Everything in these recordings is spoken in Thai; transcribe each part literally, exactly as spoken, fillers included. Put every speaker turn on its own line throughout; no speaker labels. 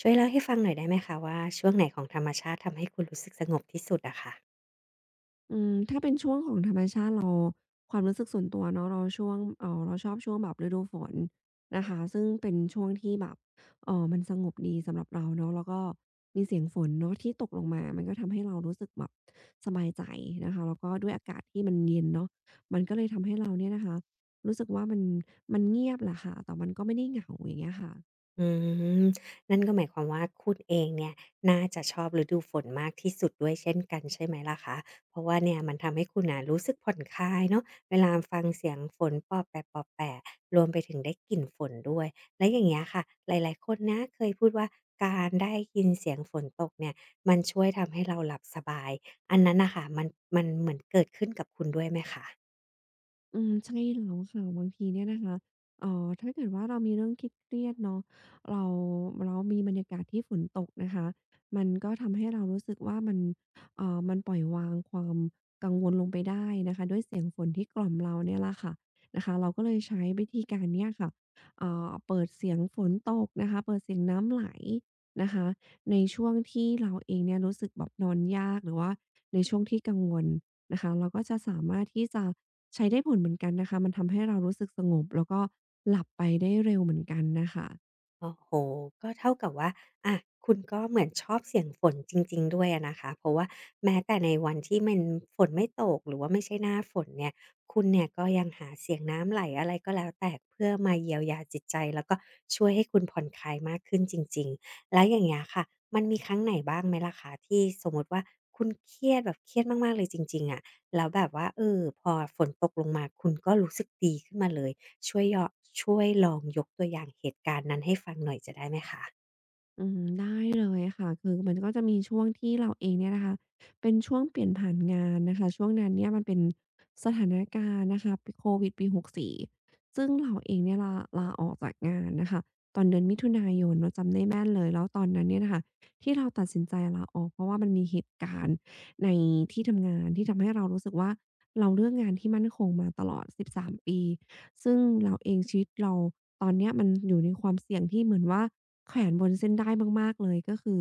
ช่วยเล่าให้ฟังหน่อยได้ไหมคะว่าช่วงไหนของธรรมชาติทำให้คุณรู้สึกสงบที่สุดอะค่ะ
อืมถ้าเป็นช่วงของธรรมชาติเราความรู้สึกส่วนตัวเนาะเราช่วงเอ่อเราชอบช่วงแบบฤดูฝนนะคะซึ่งเป็นช่วงที่แบบเอ่อมันสงบดีสำหรับเราเนาะแล้วก็มีเสียงฝนเนาะที่ตกลงมามันก็ทำให้เรารู้สึกแบบสบายใจนะคะแล้วก็ด้วยอากาศที่มันเย็นเนาะมันก็เลยทำให้เราเนี่ยนะคะรู้สึกว่ามันมันเงียบแหละค่ะแต่มันก็ไม่ได้เหงาอย่างเงี้ยค่ะ
อืมนั่นก็หมายความว่าคุณเองเนี่ยน่าจะชอบฤดูฝนมากที่สุดด้วยเช่นกันใช่ไหมล่ะคะเพราะว่าเนี่ยมันทำให้คุณน่ะรู้สึกผ่อนคลายเนาะเวลาฟังเสียงฝนปอบแปะๆๆรวมไปถึงได้กลิ่นฝนด้วยแล้วอย่างเงี้ยค่ะหลายๆคนนะเคยพูดว่าการได้ยินเสียงฝนตกเนี่ยมันช่วยทำให้เราหลับสบายอันนั้นน่ะค่ะมันมันเหมือนเกิดขึ้นกับคุณด้วยไหมคะ
อืมใช่แล้วค่ะบางทีเนี่ยนะคะเอ่อถ้าเกิดว่าเรามีเรื่องคิดเครียดๆเนาะเราเรามีบรรยากาศที่ฝนตกนะคะมันก็ทำให้เรารู้สึกว่ามันเอ่อมันปล่อยวางความกังวลลงไปได้นะคะด้วยเสียงฝนที่กล่อมเราเนี่ยละค่ะนะคะเราก็เลยใช้วิธีการเนี้ยค่ะเอ่อเปิดเสียงฝนตกนะคะเปิดเสียงน้ำไหลนะคะในช่วงที่เราเองเนี่ยรู้สึกแบบนอนยากหรือว่าในช่วงที่กังวล นะคะเราก็จะสามารถที่จะใช้ได้ผลเหมือนกันนะคะมันทำให้เรารู้สึกสงบแล้วก็หลับไปได้เร็วเหมือนกันนะคะ
โอ้โหก็เท่ากับว่าอะคุณก็เหมือนชอบเสียงฝนจริงๆด้วยอะนะคะเพราะว่าแม้แต่ในวันที่มันฝนไม่ตกหรือว่าไม่ใช่หน้าฝนเนี่ยคุณเนี่ยก็ยังหาเสียงน้ำไหลอะไรก็แล้วแต่เพื่อมาเยียวยาจิตใจแล้วก็ช่วยให้คุณผ่อนคลายมากขึ้นจริงๆแล้วอย่างเงี้ยค่ะมันมีครั้งไหนบ้างไหมล่ะคะที่สมมุติว่าคุณเครียดแบบเครียดมากๆเลยจริงๆอะแล้วแบบว่าเออพอฝนตกลงมาคุณก็รู้สึกดีขึ้นมาเลย ช่วยยอช่วยลองยกตัวอย่างเหตุการณ์นั้นให้ฟังหน่อยจะได้ไหมคะ
อืมได้เลยค่ะคือมันก็จะมีช่วงที่เราเองเนี่ยนะคะเป็นช่วงเปลี่ยนผ่านงานนะคะช่วงนั้นเนี่ยมันเป็นสถานการณ์นะคะปีโควิดปีหกสิบสี่ซึ่งเราเองเนี่ยลาลาออกจากงานนะคะตอนเดือนมิถุนายนเราจำได้แม่นเลยแล้วตอนนั้นเนี่ยนะคะที่เราตัดสินใจลาออกเพราะว่ามันมีเหตุการณ์ในที่ทำงานที่ทำให้เรารู้สึกว่าเราเลือกงานที่มั่นคงมาตลอดสิบสามปีซึ่งเราเองชีวิตเราตอนเนี้ยมันอยู่ในความเสี่ยงที่เหมือนว่า แขวนบนเส้นได้มากๆเลยก็คือ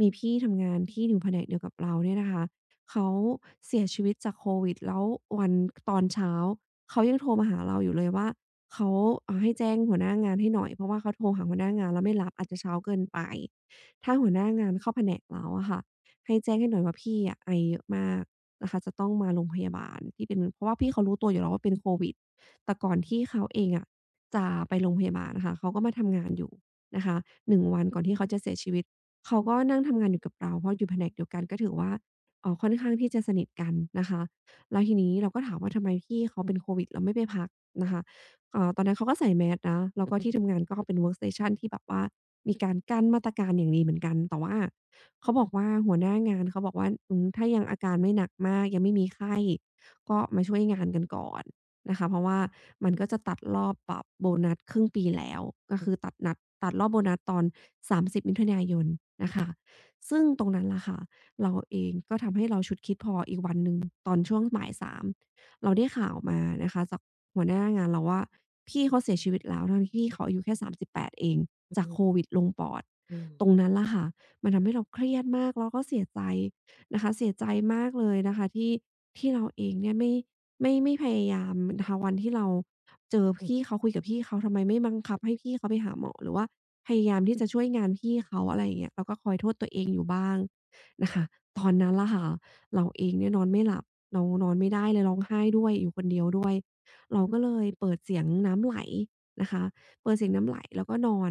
มีพี่ทำงานที่อยู่แผนกเดียวกับเราเนี่ยนะคะเขาเสียชีวิตจากโควิดแล้ววันตอนเช้าเขายังโทรมาหาเราอยู่เลยว่าเขาอ่าให้แจ้งหัวหน้างานให้หน่อยเพราะว่าเขาโทรหาหัวหน้างานแล้วไม่รับอาจจะเช้าเกินไปถ้าหัวหน้างานเข้าแผนกเราอะค่ะให้แจ้งให้หน่อยว่าพี่อะไอเยอะมากนะคะจะต้องมาโรงพยาบาลที่เป็นเพราะว่าพี่เขารู้ตัวอยู่แล้วว่าเป็นโควิดแต่ก่อนที่เขาเองอะจะไปโรงพยาบาลอะค่ะเขาก็มาทำงานอยู่ นะคะหนึ่งวันก่อนที่เขาจะเสียชีวิตเขาก็นั่งทำงานอยู่กับเราเพราะอยู่แผนกเดียวกันก็ถือว่าเอ่อค่อนข้างที่จะสนิทกันนะคะแล้วทีนี้เราก็ถามว่าทำไมพี่เขาเป็นโควิดแล้วไม่ไปพักนะคะเอ่อตอนนั้นเขาก็ใส่แมสก์นะแล้วก็ที่ทำงานก็เป็น work station ที่แบบว่ามีการกั้นมาตรการอย่างดีเหมือนกันแต่ว่าเขาบอกว่าหัวหน้างานเขาบอกว่าอืมถ้ายังอาการไม่หนักมากยังไม่มีไข้ก็มาช่วยงานกันก่อน นะคะเพราะว่ามันก็จะตัดรอบปรับโบนัสครึ่งปีแล้วก็คือตัดนัดตัดรอบโบนัสตอน สามสิบมสิบมิถุนายนนะคะซึ่งตรงนั้นล่ะค่ะเราเองก็ทำให้เราฉุกคิดพออีกวันหนึ่งตอนช่วงบ่ายสามเราได้ข่าวมานะคะจากหัวหน้างานเราว่าพี่เขาเสียชีวิตแล้วทั้งที่พี่เขาอายุแค่สามสิบแปดเอง
อื
จากโค
ม
วิดลงปอด
อืม
ตรงนั้นล่ะค่ะมันทำให้เราเครียดมากแล้วก็เสียใจ นะคะเสียใจมากเลยนะคะที่ที่เราเองเนี่ยไม่ไม่ไม่พยายามนะคะวันที่เราเจอพี่เขาคุยกับพี่เขาทำไมไม่บังคับให้พี่เขาไปหาหมอหรือว่าพยายามที่จะช่วยงานพี่เขาอะไรอย่างเงี้ยเราก็คอยโทษตัวเองอยู่บ้างนะคะตอนนั้นล่ะค่ะเราเองเนี่ยนอนไม่หลับเรานอนไม่ได้เลยร้องไห้ด้วยอยู่คนเดียวด้วยเราก็เลยเปิดเสียงน้ำไหลนะคะเปิดเสียงน้ำไหลแล้วก็นอน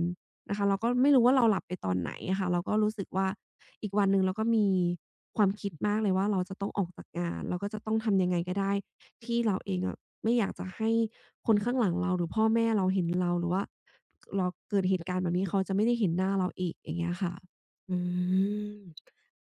นะคะเราก็ไม่รู้ว่าเราหลับไปตอนไหนอะค่ะเราก็รู้สึกว่า อีกวันหนึ่งเราก็มีความคิดมากเลยว่าเราจะต้องออกจากงานเราก็จะต้องทำยังไงก็ได้ที่เราเองอะไม่อยากจะให้คนข้างหลังเราหรือพ่อแม่เราเห็นเราหรือว่าเราเกิดเหตุการณ์แบบนี้เขาจะไม่ได้เห็นหน้าเราอีกอย่างเงี้ยค่ะ
อืม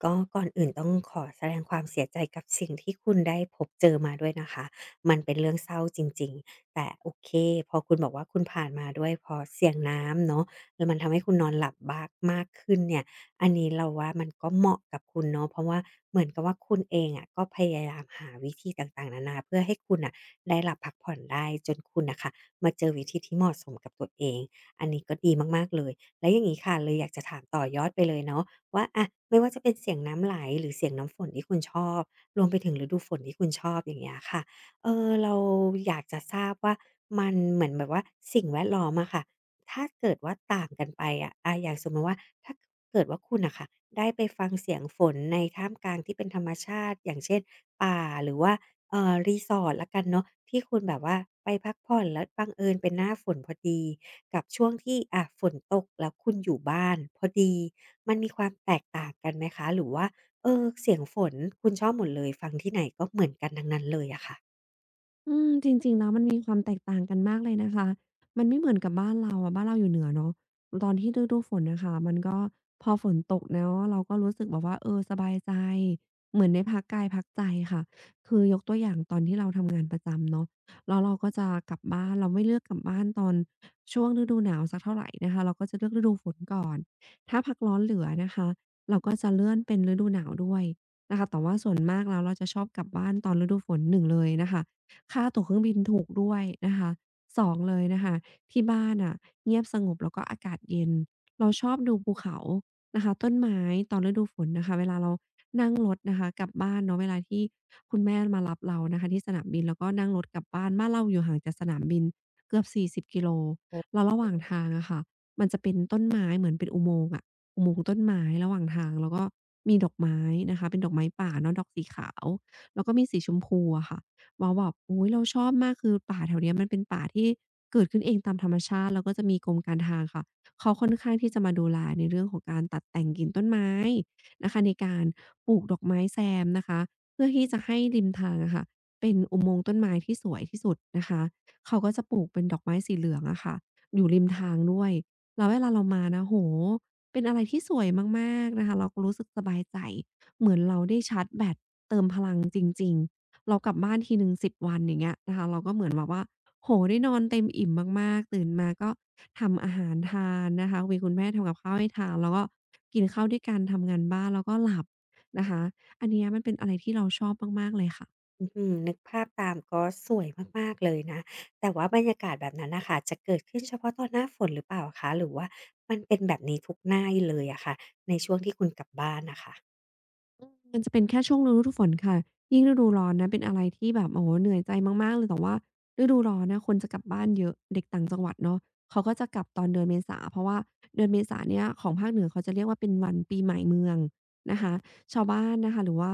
ก็ก่อนอื่นต้องขอแสดงความเสียใจกับสิ่งที่คุณได้พบเจอมาด้วยนะคะมันเป็นเรื่องเศร้าจริงๆแต่โอเคพอคุณบอกว่าคุณผ่านมาด้วยเพราะเสียงน้ำเนาะแล้วมันทำให้คุณนอนหลับบ้ากมากขึ้นเนี่ยอันนี้เราว่ามันก็เหมาะกับคุณเนาะเพราะว่าเหมือนกับว่าคุณเองอะก็พยายามหาวิธีต่างๆนานาเพื่อให้คุณน่ะได้หลับพักผ่อนได้จนคุณน่ะค่ะมาเจอวิธีที่เหมาะสมกับตัวเองอันนี้ก็ดีมากๆเลย แล้วอย่างนี้ค่ะเลยอยากจะถามต่อยอดไปเลยเนาะว่าอะไม่ว่าจะเป็นเสียงน้ำไหลหรือเสียงน้ำฝนที่คุณชอบรวมไปถึงฤดูฝนที่คุณชอบอย่างเงี้ยค่ะเออเราอยากจะทราบว่ามันเหมือนแบบว่าสิ่งแวดล้อมอะค่ะถ้าเกิดว่าต่างกันไปอะอะอย่างสมมติว่าถ้าเกิดว่าคุณนะค่ะได้ไปฟังเสียงฝนในท่ามกลางที่เป็นธรรมชาติอย่างเช่นป่าหรือว่า เอ่อรีสอร์ทแล้วกันเนาะที่คุณแบบว่าไปพักผ่อนแล้วบังเอิญเป็นหน้าฝนพอดีกับช่วงที่อะฝนตกแล้วคุณอยู่บ้านพอดีมันมีความแตกต่างกันไหมคะหรือว่าเออเสียงฝนคุณชอบหมดเลยฟังที่ไหนก็เหมือนกันทั้งนั้นเลยอะค่ะ
อืมจริงๆแล้วมันมีความแตกต่างกันมากเลยนะคะ มันไม่เหมือนกับบ้านเราอะบ้านเราอยู่เหนือเนาะตอนที่ฤดูฝนน่ะค่ะมันก็พอฝนตกเนาะเราก็รู้สึกแบบว่าเออสบายใจ เหมือนได้พักกายพักใจค่ะคือยกตัวอย่างตอนที่เราทำงานประจำเนาะแล้วเราก็จะกลับบ้านเราไม่เลือกกลับบ้านตอนช่วงฤดูหนาวสักเท่าไรนะคะเราก็จะเลือกฤดูฝนก่อนถ้าพักร้อนเหลือนะคะเราก็จะเลื่อนเป็นฤดูหนาวด้วยนะคะแต่ว่าส่วนมากแล้วเราจะชอบกลับบ้านตอนฤดูฝนหนึ่งเลยนะคะ ค่าตั๋วเครื่องบินถูกด้วยนะคะสองเลยนะคะที่บ้านน่ะเงียบสงบแล้วก็อากาศเย็นเราชอบดูภูเขานะคะต้นไม้ตอนฤดูฝนนะคะเวลาเรานั่งรถนะคะกลับบ้านเนาะเวลาที่คุณแม่มารับเรานะคะที่สนามบินแล้วก็นั่งรถกลับบ้านบ้านเราอยู่ห่างจากสนามบินเกือบสี่สิบกิโล
โอ้
แล้วระหว่างทางอะค่ะมันจะเป็นต้นไม้เหมือนเป็นอุโมงค์อะอุโมงค์ต้นไม้ระหว่างทางแล้วก็มีดอกไม้นะคะเป็นดอกไม้ป่าเนาะดอกสีขาวแล้วก็มีสีชมพูอะค่ะ เราแบบโอ้ยเราชอบมากคือป่าแถวเนี้ยมันเป็นป่าที่เกิดขึ้นเองตามธรรมชาติแล้วก็จะมีกรมการทางค่ะเขาค่อนข้างที่จะมาดูแลในเรื่องของการตัดแต่งกิ่งต้นไม้นะคะในการปลูกดอกไม้แซมนะคะเพื่อที่จะให้ริมทางอะค่ะเป็นอุโมงค์ต้นไม้ที่สวยที่สุดนะคะเขาก็จะปลูกเป็นดอกไม้สีเหลืองอะค่ะอยู่ริมทางด้วยแล้วเวลาเรามานะโอ้โฮเป็นอะไรที่สวยมากๆนะคะเราก็รู้สึกสบายใจเหมือนเราได้ชาร์จแบตเติมพลังจริงๆ เรากลับบ้านทีหนึ่งสิบวันอย่างเงี้ยนะคะเราก็เหมือนแบบว่าโอ้โฮได้นอนเต็มอิ่มมากๆตื่นมาก็ทำอาหารทานนะคะมีคุณแม่ทำกับข้าวให้ทานแล้วก็กินข้าวด้วยกันทำงานบ้านแล้วก็หลับนะคะอันเนี้ยมันเป็นอะไรที่เราชอบมากๆเลยค่ะ
อื้อฮือนึกภาพตามก็สวยมากๆเลยนะแต่ว่าบรรยากาศแบบนั้นน่ะค่ะจะเกิดขึ้นเฉพาะตอนหน้าฝนหรือเปล่าคะหรือว่ามันเป็นแบบนี้ทุกหน้าเลยอะค่ะในช่วงที่คุณกลับบ้านน่ะค่ะ
มันจะเป็นแค่ช่วงฤดูฝนค่ะยิ่งฤดูร้อนนะเป็นอะไรที่แบบโอ้โฮเหนื่อยใจมากๆเลยแต่ว่าฤดูร้อนนะคนจะกลับบ้านเยอะเด็กต่างจังหวัดเนาะเขาก็จะกลับตอนเดือนเมษา เพราะว่าเดือนเมษาเนี่ยของภาคเหนือเขาจะเรียกว่าเป็นวันปีใหม่เมืองนะคะชาวบ้านนะคะหรือว่า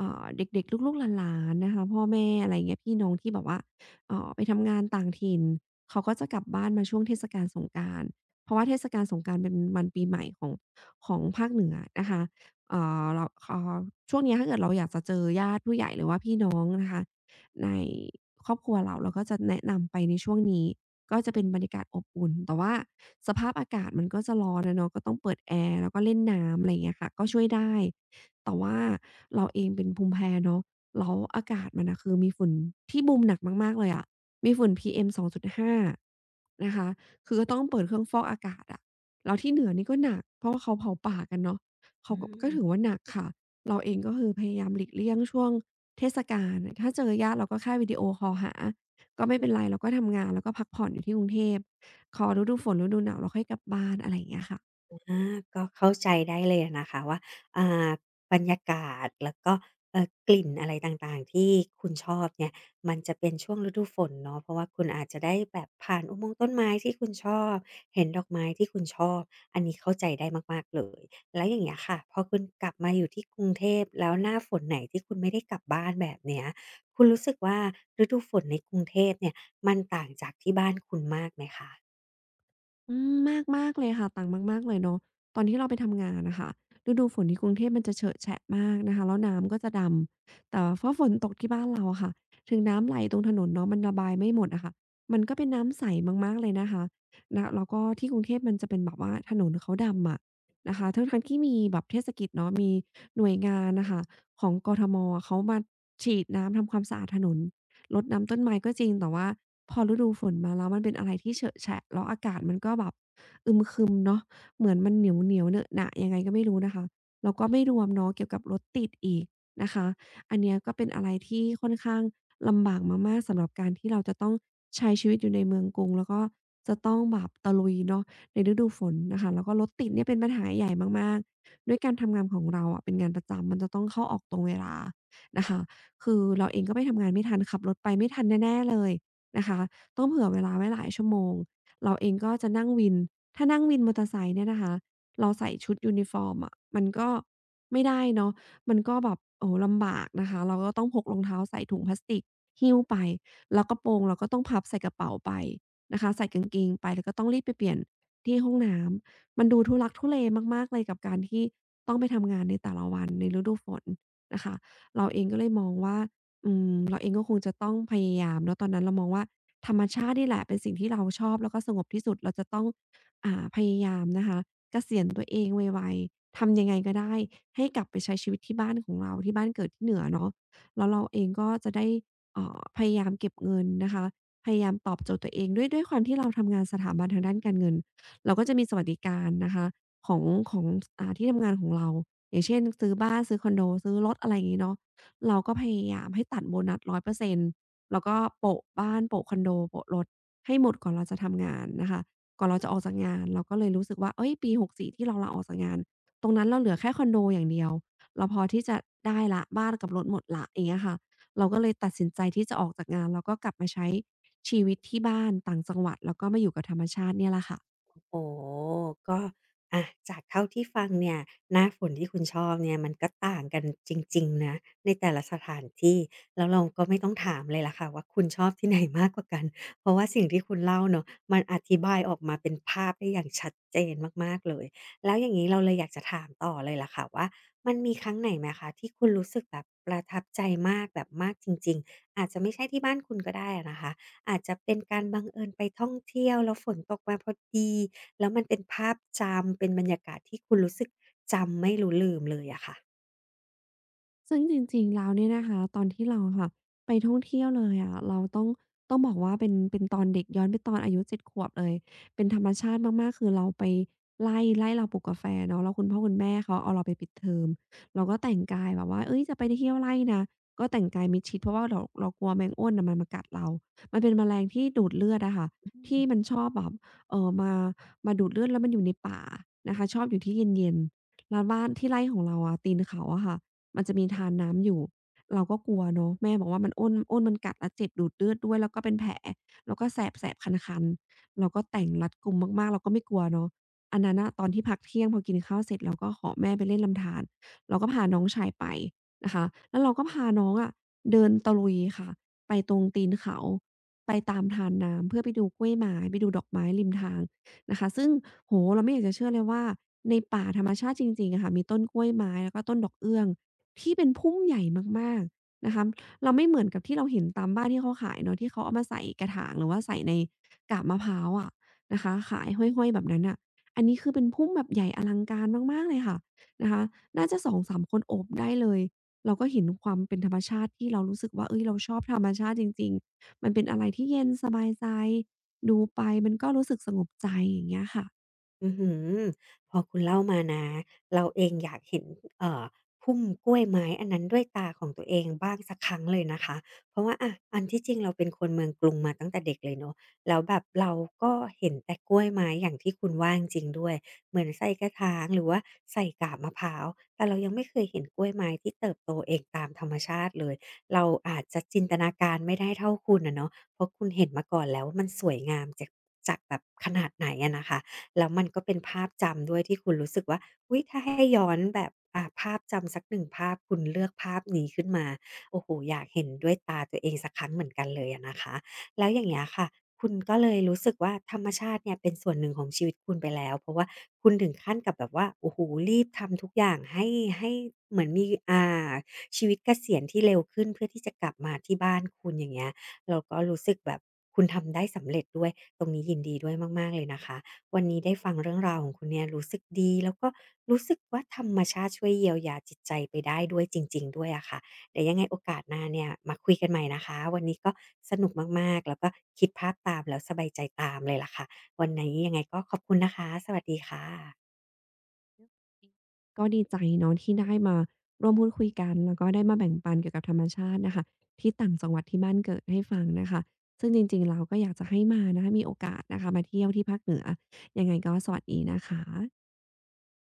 อ่าเด็กๆลูกๆหลานๆนะคะพ่อแม่อะไรอย่างเงี้ยพี่น้องที่แบบว่าเอ่อไปทำงานต่างถิ่นเขาก็จะกลับบ้านมาช่วงเทศกาลสงกรานต์เพราะว่าเทศกาลสงกรานต์เป็นวันปีใหม่ของของภาคเหนือนะคะ เอ่อเราคเอ่อช่วงเนี้ยถ้าเกิดเราอยากจะเจอญาติผู้ใหญ่หรือว่าพี่น้องนะคะในครอบครัวเราเราก็จะแนะนำไปในช่วงนี้ก็จะเป็นบรรยากาศอบอุ่นแต่ว่าสภาพอากาศมันก็จะร้อนอะเนาะก็ต้องเปิดแอร์แล้วก็เล่นน้ำอะไรอย่างเงี้ยค่ะก็ช่วยได้แต่ว่าเราเองเป็นภูมิแพ้เนาะแล้วอากาศมันน่ะคือมีฝุ่นที่บูมหนักมากๆเลยอะมีฝุ่น พี เอ็ม สองจุดห้านะคะคือก็ต้องเปิดเครื่องฟอกอากาศอะแล้วที่เหนือนี่ก็หนักเพราะว่าเขาเผาป่ากันเนาะ
อื
เขาก็ก็
ม
ถือว่าหนักค่ะ เราเองก็คือพยายามหลีกเลี่ยงช่วงเทศกาลน่ะถ้าเจอญาติเราก็แค่วิดีโอคอลหา ก็ไม่เป็นไรเราก็ทำงานแล้วก็พักผ่อนอยู่ที่กรุงเทพพอฤดูฝนฤดูหนาวเราค่อยกลับบ้านอะไรอย่างเงี้ยค่ะ
อาก็เข้าใจได้เลยอะนะคะว่าอ่าบรรยากาศแล้วก็เอ่อกลิ่นอะไรต่างๆที่คุณชอบเนี่ยมันจะเป็นช่วงฤดูฝนเนาะเพราะว่าคุณอาจจะได้แบบผ่านอุโมงค์ต้นไม้ที่คุณชอบเห็นดอกไม้ที่คุณชอบอันนี้เข้าใจได้มากๆเลยแล้วอย่างเงี้ยค่ะพอคุณกลับมาอยู่ที่กรุงเทพแล้วหน้าฝนไหนที่คุณไม่ได้กลับบ้านแบบเนี้ยคุณรู้สึกว่าฤดูฝนในกรุงเทพเนี่ยมันต่างจากที่บ้านคุณมากไหมคะ
อืมมากๆเลยค่ะต่างมากๆเลยเนาะตอนที่เราไปทำงานน่ะค่ะฤดูฝนที่กรุงเทพมันจะเฉอะแฉะมากนะคะแล้วน้ำก็จะดำแต่ว่าฝนตกที่บ้านเราอะค่ะถึงน้ำไหลตรงถนนเนาะมันระบายไม่หมดอะค่ะมันก็เป็นน้ำใสมากๆเลยนะคะนะแล้วก็ที่กรุงเทพมันจะเป็นแบบว่าถนนเขาดำอะนะคะทั้งๆที่มีแบบเทศกิจเนาะมีหน่วยงานน่ะค่ะของกอ ทอ มอเขามาฉีดน้ำทำความสะอาดถนน รดน้ำต้นไม้ก็จริงแต่ว่าพอฤดูฝนมาแล้วมันเป็นอะไรที่เฉอะแฉะแล้วอากาศมันก็แบบอึมครึมเนาะเหมือนมันเหนียวๆเหนอะหนะยังไงก็ไม่รู้นะคะแล้วก็ไม่รวมเนาะเกี่ยวกับรถติดอีกนะคะอันเนี้ยก็เป็นอะไรที่ค่อนข้างลำบากมากๆสำหรับการที่เราจะต้องใช้ชีวิตอยู่ในเมืองกรุงแล้วก็จะต้องแบบตะลุยเนาะในฤดูฝนนะคะแล้วก็รถติดเนี่ยเป็นปัญหาใหญ่มากๆด้วยการทำงานของเราอะเป็นงานประจำมันจะต้องเข้าออกตรงเวลานะคะ คือเราเองก็ไปทำงานไม่ทันขับรถไปไม่ทันแน่ๆเลยนะคะต้องเผื่อเวลาไว้หลายชั่วโมงเราเองก็จะนั่งวินถ้านั่งวินมอเตอร์ไซค์เนี่ยนะคะเราใส่ชุดยูนิฟอร์มอะมันก็ไม่ได้เนาะมันก็แบบโอ้โฮลำบากนะคะเราก็ต้องพกรองเท้าใส่ถุงพลาสติกหิ้วไปแล้วกระโปรงเราก็ต้องพับใส่กระเป๋าไปนะคะใส่กางเกงไปแล้วก็ต้องรีบไปเปลี่ยนที่ห้องน้ำมันดูทุลักทุเลมากๆเลยกับการที่ต้องไปทำงานในแต่ละวันในฤดูฝนนะคะ เราเองก็เลยมองว่าอืมเราเองก็คงจะต้องพยายามเนาะตอนนั้นเรามองว่าธรรมชาตินี่แหละเป็นสิ่งที่เราชอบแล้วก็สงบที่สุดเราจะต้องอ่าพยายามนะคะเกษียณตัวเองไวๆทำยังไงก็ได้ให้กลับไปใช้ชีวิตที่บ้านของเราที่บ้านเกิดที่เหนือเนาะแล้วเราเองก็จะได้เอ่อพยายามเก็บเงินนะคะพยายามตอบโจทย์ตัวเองด้วยด้วยความที่เราทำงานสถาบันทางด้านการเงินเราก็จะมีสวัสดิการนะคะของของอ่าที่ทำงานของเราอย่างเช่นซื้อบ้านซื้อคอนโดซื้อรถอะไรอย่างงี้เนาะ เราก็พยายามให้ตัดโบนัสหนึ่งร้อยเปอร์เซ็นต์แล้วก็โปะบ้านโปะคอนโดโปะรถให้หมดก่อนเราจะทำงานนะคะก่อนเราจะออกจากงานเราก็เลยรู้สึกว่าเฮ้ยปีหกสี่ที่เราลาออกจากงานตรงนั้นเราเหลือแค่คอนโดอย่างเดียวเราพอที่จะได้แล้วบ้านกับรถหมดแล้วอย่างเงี้ยค่ะเราก็เลยตัดสินใจที่จะออกจากงานแล้วก็กลับมาใช้ชีวิตที่บ้านต่างจังหวัดแล้วก็มาอยู่กับธรรมชาติเนี่ยแหละค่ะ
โอ้โฮก็อะจากเท่าที่ฟังเนี่ยหน้าฝนที่คุณชอบเนี่ยมันก็ต่างกันจริงๆนะในแต่ละสถานที่แล้วเราก็ไม่ต้องถามเลยล่ะค่ะว่าคุณชอบที่ไหนมากกว่ากันเพราะว่าสิ่งที่คุณเล่าเนาะมันอธิบายออกมาเป็นภาพได้อย่างชัดเจนมากๆเลยแล้วอย่างงี้เราเลยอยากจะถามต่อเลยล่ะค่ะว่ามันมีครั้งไหนไหมคะที่คุณรู้สึกแบบประทับใจมากแบบมากจริงๆอาจจะไม่ใช่ที่บ้านคุณก็ได้อะนะคะอาจจะเป็นการบังเอิญไปท่องเที่ยวแล้วฝนตกมาพอดี แล้วมันเป็นภาพจำเป็นบรรยากาศที่คุณรู้สึกจำไม่รู้ลืมเลยอะค่ะ
ซึ่งจริงๆแล้วเนี่ยนะคะตอนที่เราอะค่ะไปท่องเที่ยวเลยอะเราต้องต้องบอกว่าเป็นเป็นตอนเด็กย้อนไปตอนอายุเจ็ดขวบเลยเป็นธรรมชาติมากๆคือเราไปไล่ไล่เราปลูกกาแฟเนาะแล้วคุณพ่อคุณแม่เขาเอาเราไปปิดเทอมเราก็แต่งกายแบบว่าเฮ้ยจะไปเที่ยวไล่นะก็แต่งกายมิดชิดเพราะว่าเราเรากลัวแมงอ้นน่ะมันมากัดเรามันเป็นแมลงที่ดูดเลือดอะค่ะที่มันชอบแบบเอ่อมามาดูดเลือดแล้วมันอยู่ในป่านะคะชอบอยู่ที่เย็นๆแล้วบ้านที่ไร่ของเราอะตีนเขาอะค่ะ มันจะมีทานน้ำอยู่ เราก็กลัวเนาะแม่บอกว่ามันอ้นอ้นมันกัดแล้วเจ็บดูดเลือดด้วยแล้วก็เป็นแผลแล้วก็แสบๆคันๆเราก็แต่งรัดกุมมากๆเราก็ไม่กลัวเนาะอันนั้นน่ะตอนที่พักเที่ยงพอกินข้าวเสร็จเราก็ขอแม่ไปเล่นลำธารเราก็พาน้องชายไปนะคะแล้วเราก็พาน้องอะเดินตะลุยค่ะไปตรงตีนเขาไปตามทานน้ำเพื่อไปดูกล้วยไม้ไปดูดอกไม้ริมทางนะคะซึ่งโอ้โฮเราไม่อยากจะเชื่อเลยว่าในป่าธรรมชาติจริงๆอะค่ะมีต้นกล้วยไม้แล้วก็ต้นดอกเอื้อง ที่เป็นพุ่มใหญ่มากๆนะคะเราไม่เหมือนกับที่เราเห็นตามบ้านที่เขาขายเนาะที่เขาเอามาใส่กระถางหรือว่าใส่ในกาบมะพร้าวอะนะคะขายห้อยๆแบบนั้นน่ะอันนี้คือเป็นพุ่มแบบใหญ่อลังการมากๆเลยค่ะนะคะน่าจะสองสามคนโอบได้เลยเราก็เห็นความเป็นธรรมชาติที่เรารู้สึกว่าเฮ้ยเราชอบธรรมชาติจริงๆมันเป็นอะไรที่เย็นสบายใจดูไปมันก็รู้สึกสงบใจอย่างเงี้ยค่ะ
อื้อฮือพอคุณเล่ามานะเราเองอยากเห็นเอ่อพุ่มกล้วยไม้อันนั้นด้วยตาของตัวเองบ้างสักครั้งเลยนะคะเพราะว่าอะอันที่จริงเราเป็นคนเมืองกรุงมาตั้งแต่เด็กเลยเนาะแล้วแบบเราก็เห็นแต่กล้วยไม้อย่างที่คุณว่าจริงๆด้วยเหมือนใส่กระถางหรือว่าใส่กาบมะพร้าวแต่เรายังไม่เคยเห็นกล้วยไม้ที่เติบโตเองตามธรรมชาติเลยเราอาจจะจินตนาการไม่ได้เท่าคุณอะเนาะเพราะคุณเห็นมาก่อนแล้วว่ามันสวยงามจากจากแบบขนาดไหนอะนะคะ แล้วมันก็เป็นภาพจำด้วยที่คุณรู้สึกว่าอุ๊ยถ้าให้ย้อนแบบอ่าภาพจำสักหนึ่งภาพคุณเลือกภาพนี้ขึ้นมาโอ้โฮอยากเห็นด้วยตาตัวเองสักครั้งเหมือนกันเลยอะนะคะแล้วอย่างเงี้ยค่ะคุณก็เลยรู้สึกว่าธรรมชาติเนี่ยเป็นส่วนหนึ่งของชีวิตคุณไปแล้วเพราะว่าคุณถึงขั้นกับแบบว่าโอ้โฮรีบทำทุกอย่างให้ให้เหมือนมีอ่าชีวิตเกษียณที่เร็วขึ้นเพื่อที่จะกลับมาที่บ้านคุณอย่างเงี้ยเราก็รู้สึกแบบคุณทำได้สำเร็จด้วยตรงนี้ยินดีด้วยมากๆเลยนะคะ วันนี้ได้ฟังเรื่องราวของคุณเนี่ยรู้สึกดีแล้วก็รู้สึกว่าธรรมชาติช่วยเยียวยาจิตใจไปได้ด้วยจริงๆด้วยอะค่ะเดี๋ยวยังไงโอกาสหน้าเนี่ยมาคุยกันใหม่นะคะวันนี้ก็สนุกมากๆแล้วก็คิดภาพตามแล้วสบายใจตามเลยล่ะค่ะวันนี้ยังไงก็ขอบคุณนะคะสวัสดีค่ะ
ก็ดีใจเนาะที่ได้มาร่วมพูดคุยกันแล้วก็ได้มาแบ่งปันเกี่ยวกับธรรมชาติน่ะค่ะที่ต่างจังหวัดที่บ้านเกิดให้ฟังนะคะซึ่งจริงๆแล้วก็อยากจะให้มานะคะมีโอกาสนะคะมาเที่ยวที่ภาคเหนือยังไงก็สวัสดีนะคะ